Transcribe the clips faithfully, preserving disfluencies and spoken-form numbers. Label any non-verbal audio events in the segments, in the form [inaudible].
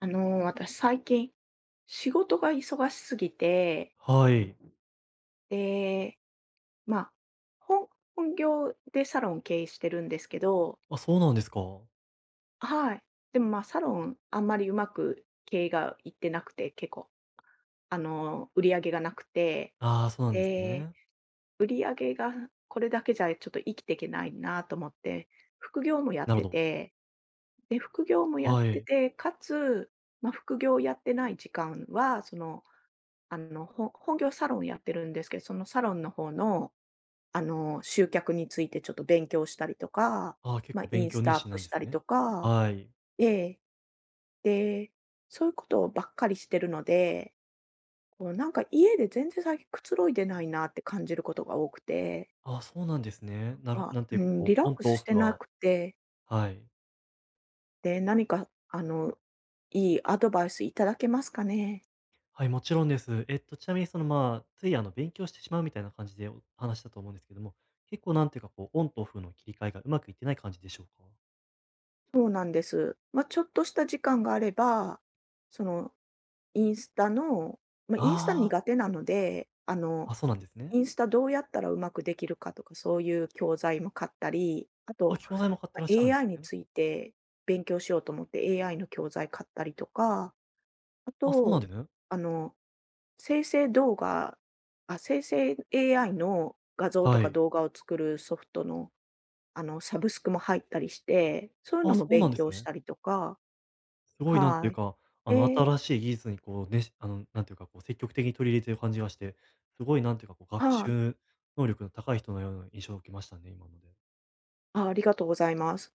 あのー、私最近、仕事が忙しすぎて、はい。で、まあ、本本業でサロン経営してるんですけど、あ、そうなんですか。はい。でもまあ、サロンあんまりうまく経営がいってなくて、結構、あのー、売り上げがなくて、ああ、そうなんですで、ね。売り上げがこれだけじゃちょっと生きていけないなと思って、副業もやっなるてほど。て、で、副業もやっはてい。て、かつ、まあ、副業やってない時間は、その、あの、ほ本業サロンやってるんですけど、そのサロンの方の、あの、集客についてちょっと勉強したりとか、ああ、結まあ、構イ勉ンス強タ熱アッ心プなんしですたりね。とか、はい。ええ。で、そういうことばっかりしてるので、こうなんか家で全然最近くつろいでないなって感じることが多くて、ああ、そうなんですね。なるあなんてういうか、ん、こリう、ラッオンクとオスしてフなが。くて、はい。で、何かあの、いいアドバイスいただけますかね？はい、もちろんです。えっと、ちなみにその、まあ、つい、あの、勉強してしまうみたいな感じでお話したと思うんですけども、結構なんていうか、こう、オンとオフの切り替えがうまくいってない感じでしょうか？そうなんです。まあ、ちょっとした時間があれば、そのインスタの、まあ、インスタあ苦手なので、あの、あ、あ、そうなんですイね。ンスタどうやったらうまくできるかとか、そういう教材も買ったり、ああ、と、教材も買っま、てらっしゃるんで エーアイ すにね。ついて勉強しようと思って エーアイ の教材買ったりとか、ああ、そうなんと、ですね。あの、生成動画あ、生成 エーアイ の画像とはかい。動画を作るソフトの、あの、サブスクも入ったりして、そういうあ、のそもうなん勉です強しね。たりとか、すごいなんていはうい。か、あの、で、新しい技術にこう、ねしあの、なんていうかこう、積極的に取り入れてる感じがして、すごいなんていうかこう、学はい。習能力の高い人のような印象を受けましたね、今ので。あ、ありがとうございます。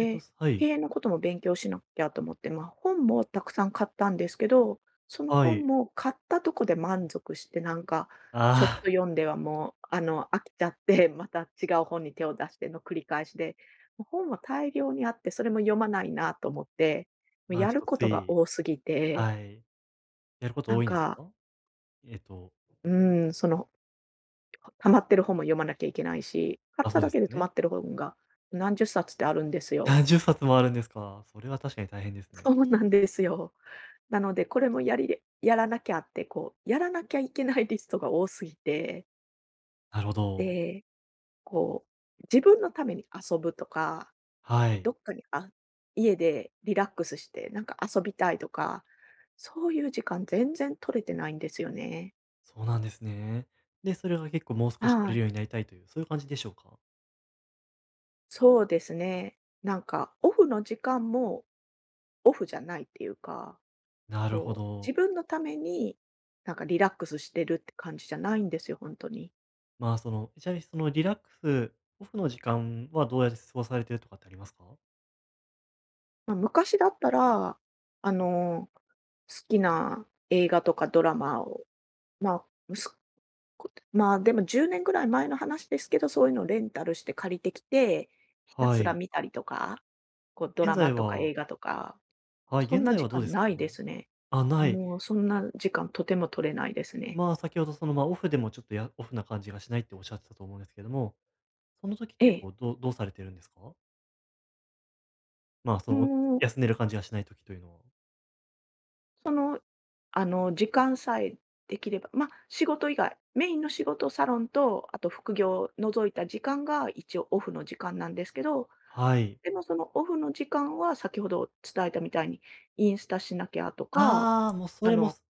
えっと、は経い。営のことも勉強しなきゃと思って、まあ、本もたくさん買ったんですけど、そのは本い。も買ったとこで満足して、なんか、ちょっあとあ、読んではもう、あの、飽きちゃって、[laughs] また違う本に手を出しての繰り返しで、もう本は大量にあって、それも読まないなと思って、もうまあ、やちるょっとこつとがい。多すぎて、はい。やることなん多いんですか、か？えっと、うん、その、溜まってる本も読まなきゃいけないし、買あ、ったそうだですけでよ止まね。ってる本が何十冊ってあるんですあ、1よ。冊もあるんですか。それは確かに大変です [laughs] ね。そうなんですよ。なので、これもやりでやらなきゃって、こう、やらなきゃいけないリストが多すぎて、なるほど。で、こう、自分のために遊ぶとか、こはうい。どっかに、あ家でリラックスして、なんか遊びたいとか、そういう時間全然取れてないんですよね。そうなんですね。で、それが結構もう少しは取れい。るようになりたいという、そういう感じでしょうか？そうですね。なんか、オフの時間もオフじゃないっていうか、なるほこう、自ど。分のために、なんかリラックスしてるって感じじゃないんですよ、本当に。まあ、その、ちなみにそのリラックスオフの時間はどうやって過ごされてるとかってありますか？まあ、昔だったら、あの、好きな映画とかドラマを、ま、あ息子まあ、でもじゅうねんぐらい前の話ですけど、そういうのをレンタルして借りてきて、ひたはすらい。見たりとか、こうド現ラマ在とかは映画とか、はい、そん現な在時はどうで間すなかいでね？すね。あ、ない。もうそんえ、な時間とても取れないですね。まあ、先ほどその、まあ、オフでもちょっとやオフな感じがしないっておっしゃってたと思うんですけども、その時っえてえ。こう、どうどうされてるんですか？まあ、そもの、おう休んでる感じがしない時というのは。その、あの、時間さえできれば、まあ、仕事以外、メインの仕事、サロンと、あと副業を除いた時間が一応オフの時間なんですけど、はい。でもそのオフの時間は先ほど伝えたみたいに、インスタしなきゃとか、ああ、もうそあれもの、そ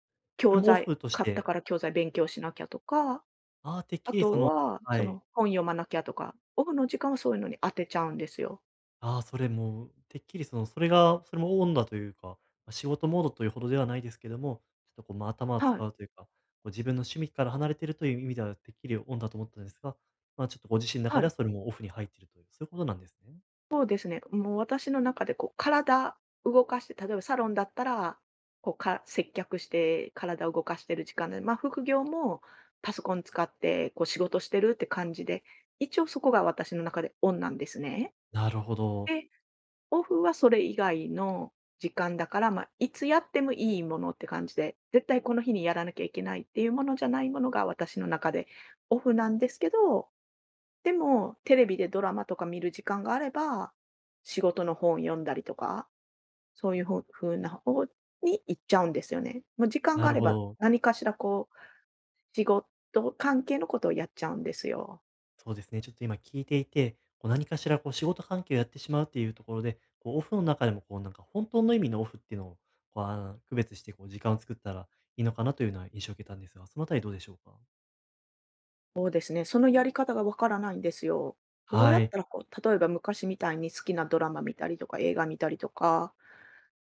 れ教もオ材フとし買ったて、から教材勉強しなきゃとか、ああ、てっあきりそとのははそい。の本読まなきゃとか、オフの時間はそういうのに当てちゃうんですよ。ああ、それもう、てっきりその、それが、それもオンだというか、ま、仕事モードというほどではないですけども、ちょっとこう、ま、頭を使はい、うというか、こう自分の趣味から離れているという意味では、てっきりオンだと思ったんですが、ま、ちょっとご自身の中はではい。それもオフに入っているという、そういうことなんですね。そうですね。もう私の中でこう体動かして、例えばサロンだったら、こうか接客して体を動かしてる時間で、まあ副業もパソコン使ってこう仕事してるって感じで、一応そこが私の中でオンなんですね。なるほど、で、オフはそれ以外の時間だから、まあいつやってもいいものって感じで、絶対この日にやらなきゃいけないっていうものじゃないものが私の中でオフなんですけど、でも、テレビでドラマとか見る時間があれば、仕事の本読んだりとか、そういうふ風な方に行っちゃうんですよね。もう時間ながあるれほば、ど。何かしらこう、仕事関係のことをやっちゃうんですよ。そうですね、ちょっと今聞いていて、こう何かしらこう仕事関係をやってしまうっていうところで、こうオフの中でもこうなんか本当の意味のオフっていうのを、こう、あ、区別してこう時間を作ったらいいのかなというような印象を受けたんですが、そのあたりどうでしょうか？そうですね、そのやり方がわからないんですよ。どうやはっい。たらこう、例えば昔みたいに好きなドラマ見たりとか映画見たりとか、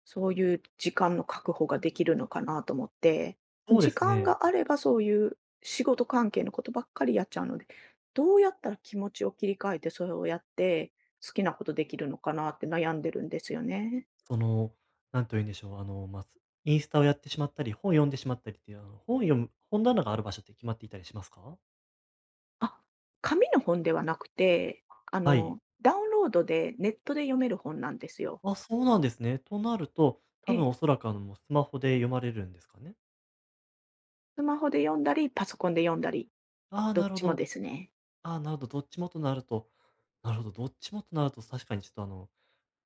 そういう時間の確保ができるのかなと思って、そうで時す間ね。があればそういう仕事関係のことばっかりやっちゃうので、どうやったら気持ちを切り替えてそれをやって好きなことできるのかなって悩んでるんですよね。その、なんと言うんでしょう、あの、まあ、すインスタをやってしまったり、本読んでしまったりっていう、あの、本読む本棚がある場所って決まっていたりしますか？あ、紙の本ではなくて、あはの、い。ダウンロードでネットで読める本なんですよ。あ、そうなんですね。となると、え多分え。おそらく、あの、もうスマホで読まれるんですかね？スマホで読んだり、パソコンで読んだり、ああ、どなっるほちもど。ですね。ああ、なるほど、どっちもとなるとなるほど、どっちもとなると確かにちょっと、あの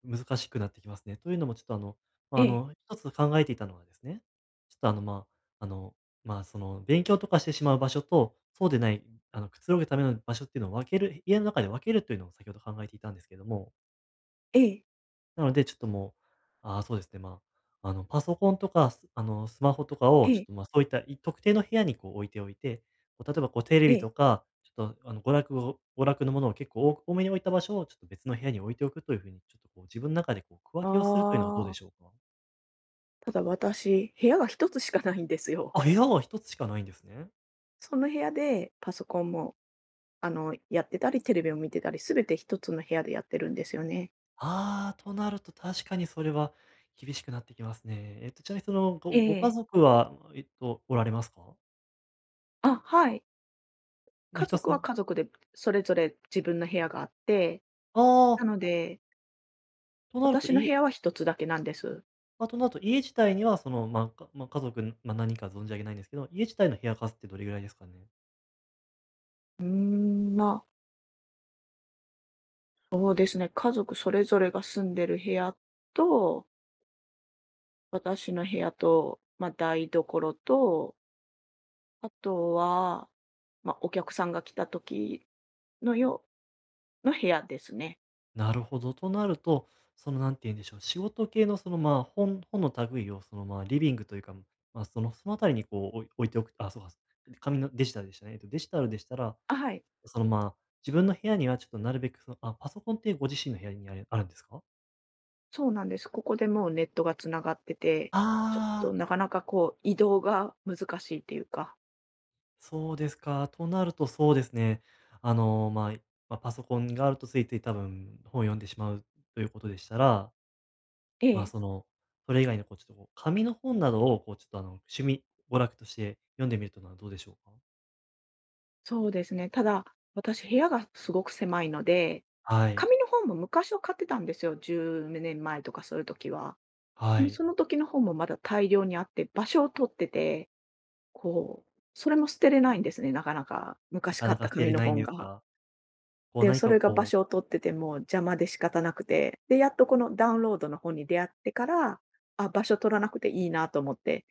難しくなってきますね。というのもちょっとあの、まえあ、あえ、の、一つ考えていたのはですね、ちょっとあの、まあ、あの、まあ、その、勉強とかしてしまう場所と、そうでない、あの、くつろぐための場所っていうのを分ける家の中で分けるというのを先ほど考えていたんですけども、ええ、なので、ちょっともう、ああ、そうですね、まあ、あの、パソコンとか、すあの、スマホとかえを、ちょっえ、と、まあ、そういった、い特定の部屋にこう置いておいて、こう、例えば、こう、テレえビとえ。か、ちょっと、あの、娯楽を娯楽のものを結構お多めに置いた場所を、ちょっと別の部屋に置いておくという風に、ちょっと、こう、自分の中で、こう、区分あけをするというのはどうでしょあ、うか？ただ私、部屋が一つしかないんですよ。あ、部屋は一つしかないんですね。その部屋でパソコンも、あの、やってたり、テレビを見てたり、すべて一つの部屋でやってるんですよね。ああ、となると確かにそれは厳しくなってきますね。えっと、ちなみにその、えごご家え。族は、えっと、おられますか？あ、はい。まあ、家一つ族はの家族でそれぞれ自分の部屋があって、あなあ、ので、となると私の部い屋は一つだけなんです。まあと、なと、家自体には、その、まあ、かまあ、家族、まあ、何人か存じ上げないんですけど、家自体の部屋数ってどれぐらいですかね？うーん、まあ、そうですね、家族それぞれが住んでる部屋と私の部屋と、まあ、台所と、あとは、まあ、お客さんが来た時のようの部屋ですね。なるほど。となると、その、なんて言うんでしょう、仕事系の、その、まあ、本本の類を、その、まあ、リビングというか、まあ、そのそのあたりに、こう、おい置いておく。あ、そうか、紙のデジタルでしたね。えっと、デジタルでしたら、あ、はい、その、まあ、自分の部屋にはちょっとなるべく、そのあ、パソコンってご自身の部屋にあるあるんですか？そうなんです。ここでもうネットが繋がってて、ちょっあとあー。なかなかこう移動が難しいっていうか。そうですか。となるとそうですね。あの、まあ、まあ、パソコンがあるとついつい多分本を読んでしまうということでしたら、えまあ、え、その、それ以外のこうちょっとこう、紙の本などをこうちょっとあの、趣味娯楽として読んでみるというのはどうでしょうか？そうですね。ただ、私部屋がすごく狭いので、はい、紙の本も昔は買ってたんですよ、じゅうねんまえとかそういう時は。はでもい。その時の本もまだ大量にあって、場所を取ってて、こう、それも捨てれないんですね、なかなか。な昔か買なったか捨て紙れのないん本ですが。が、こうで、何そかれが場こう、所を取ってても邪魔で仕方なくて、で、やっとこのダウンロードの本に出会ってから、あ、場所取らなくていいなと思って、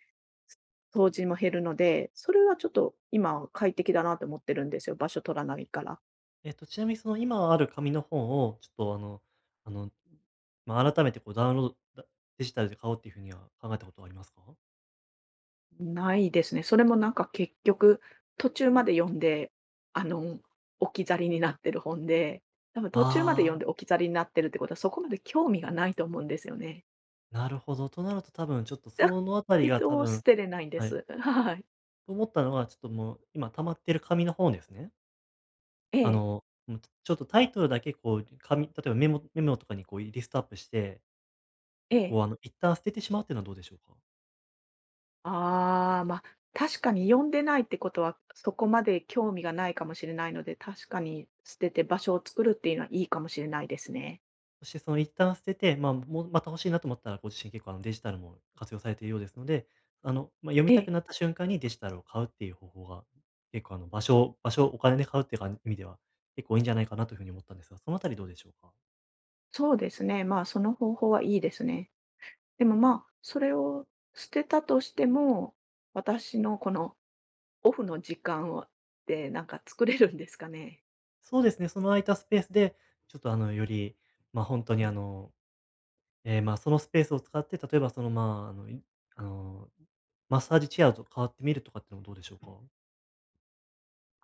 掃除も減るので、それはちょっと今は快適だなと思ってるんですよ、場所取らないから。えっとちなみにその今ある紙の本をちょっとあのあの、まあ、改めてこうダウンロードだデジタルで買おうっていう風には考えたことはありますか？ないですね。それもなんか結局、途中まで読んで、あの、置き去りになってる本で、多分途中まであ読んあでー。置き去りになってるってことは、そこまで興味がないと思うんですよね。なるほど。となると多分ちょっとだそのあたりけが多ど、捨分てれないんではい。す。[laughs] はい。と思ったのは、ちょっともう今溜まってる紙の方ですね。えあえ、の、もうちょちょっとタイトルだけこう紙例えばメモメモとかにこうリストアップして、ええ。こうあの一旦捨ててしまうっていうのはどうでしょうか？ああ、まあ、確かに読んでないってことは、そこまで興味がないかもしれないので、確かに捨てて場所を作るっていうのはいいかもしれないですね。そしてその一旦捨てて、まあ、もうまた欲しいなと思ったら、ご自身結構あのデジタルも活用されているようですので、あの、まあ、読みえたえ、くなった瞬間にデジタルを買うっていう方法が、結構あの場所を場所、お金で買うっていうか意味では、結構いいんじゃないかなというふうに思ったんですが、そのあたりどうでしょうか？そうですね、まあ、その方法はいいですね。でも、まあ、それを捨てたとしても、私のこのオフの時間をで、なんか作れるんですかね？そうですね、その空いたスペースで、ちょっとあの、より、ま、あ本当にあの、ええ、ま、そのスペースを使って、例えばその、まあ、あの、いあの、マッサージチェアと変わってみるとかっていうのもどうでしょうか？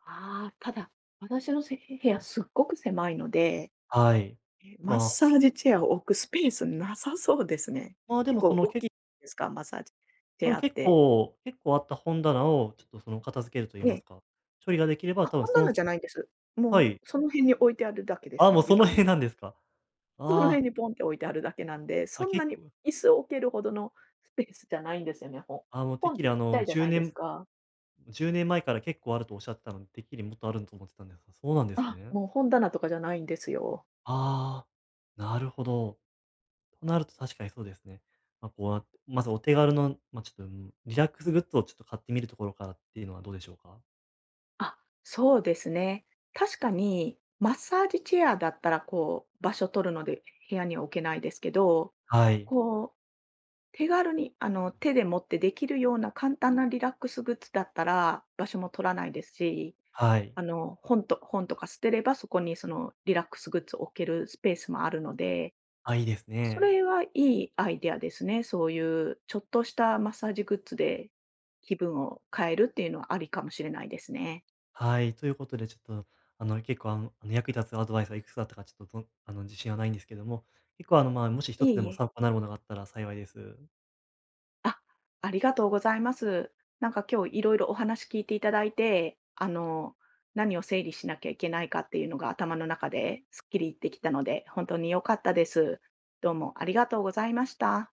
ああ、ただ、私のせ部屋すっごく狭いので、はい。え、マッまあ、サージチェアを置くスペースなさそうですね。まあ、で結もそ構の、大きけいですか？マッサージチそェのアっ結て。構結構あった本棚をちょっとその、片付けると言えいまえ。すか、処理ができれば、あ、多分こんそなののじゃないんです。はもうい。その辺に置いてあるだけであすあ、ね、もうその床に。辺なんですか。その辺ああ、にポンって置いてあるだけなんで、そあ、んな結に構、椅子を置けるほどのスペースじゃないんですよね、ほああ、もうてっ本っきてりちっあちゃの、いじゃ10ないです年か。いちねんまえから結構あるとおっしゃってたので、てっきりもっとあると思ってたんですが、そうなんですあ、ね。もう本棚とかじゃないんですよ。ああ、なるほど。となると確かにそうですね。まあ、こうやって、まずお手軽の、まあ、ちょっと、うん、リラックスグッズをちょっと買ってみるところからっていうのはどうでしょうか？あ、そうですね。確かにマッサージチェアだったらこう場所取るので、部屋には置けないですけど、はい、こう手軽に、あの、手で持ってできるような簡単なリラックスグッズだったら、場所も取らないですし、はい。あの、本と本とか捨てれば、そこにそのリラックスグッズを置けるスペースもあるので、あ、いいですそね。れはいいアイデアですね。そういうちょっとしたマッサージグッズで気分を変えるっていうのはありかもしれないですね。はい、ということでちょっと、あの、結構、あのあの、役に立つアドバイスはいくつだったかちょっと、どあの、自信はないんですけども、結構、あの、まあ、もし一いえつでいもえ。参考になるものがあったら幸いです。あ、ありがとうございます。なんか今日いろいろお話聞いていただいて、あの、何を整理しなきゃいけないかっていうのが頭の中ですっきりできたので、本当に良かったです。どうもありがとうございました。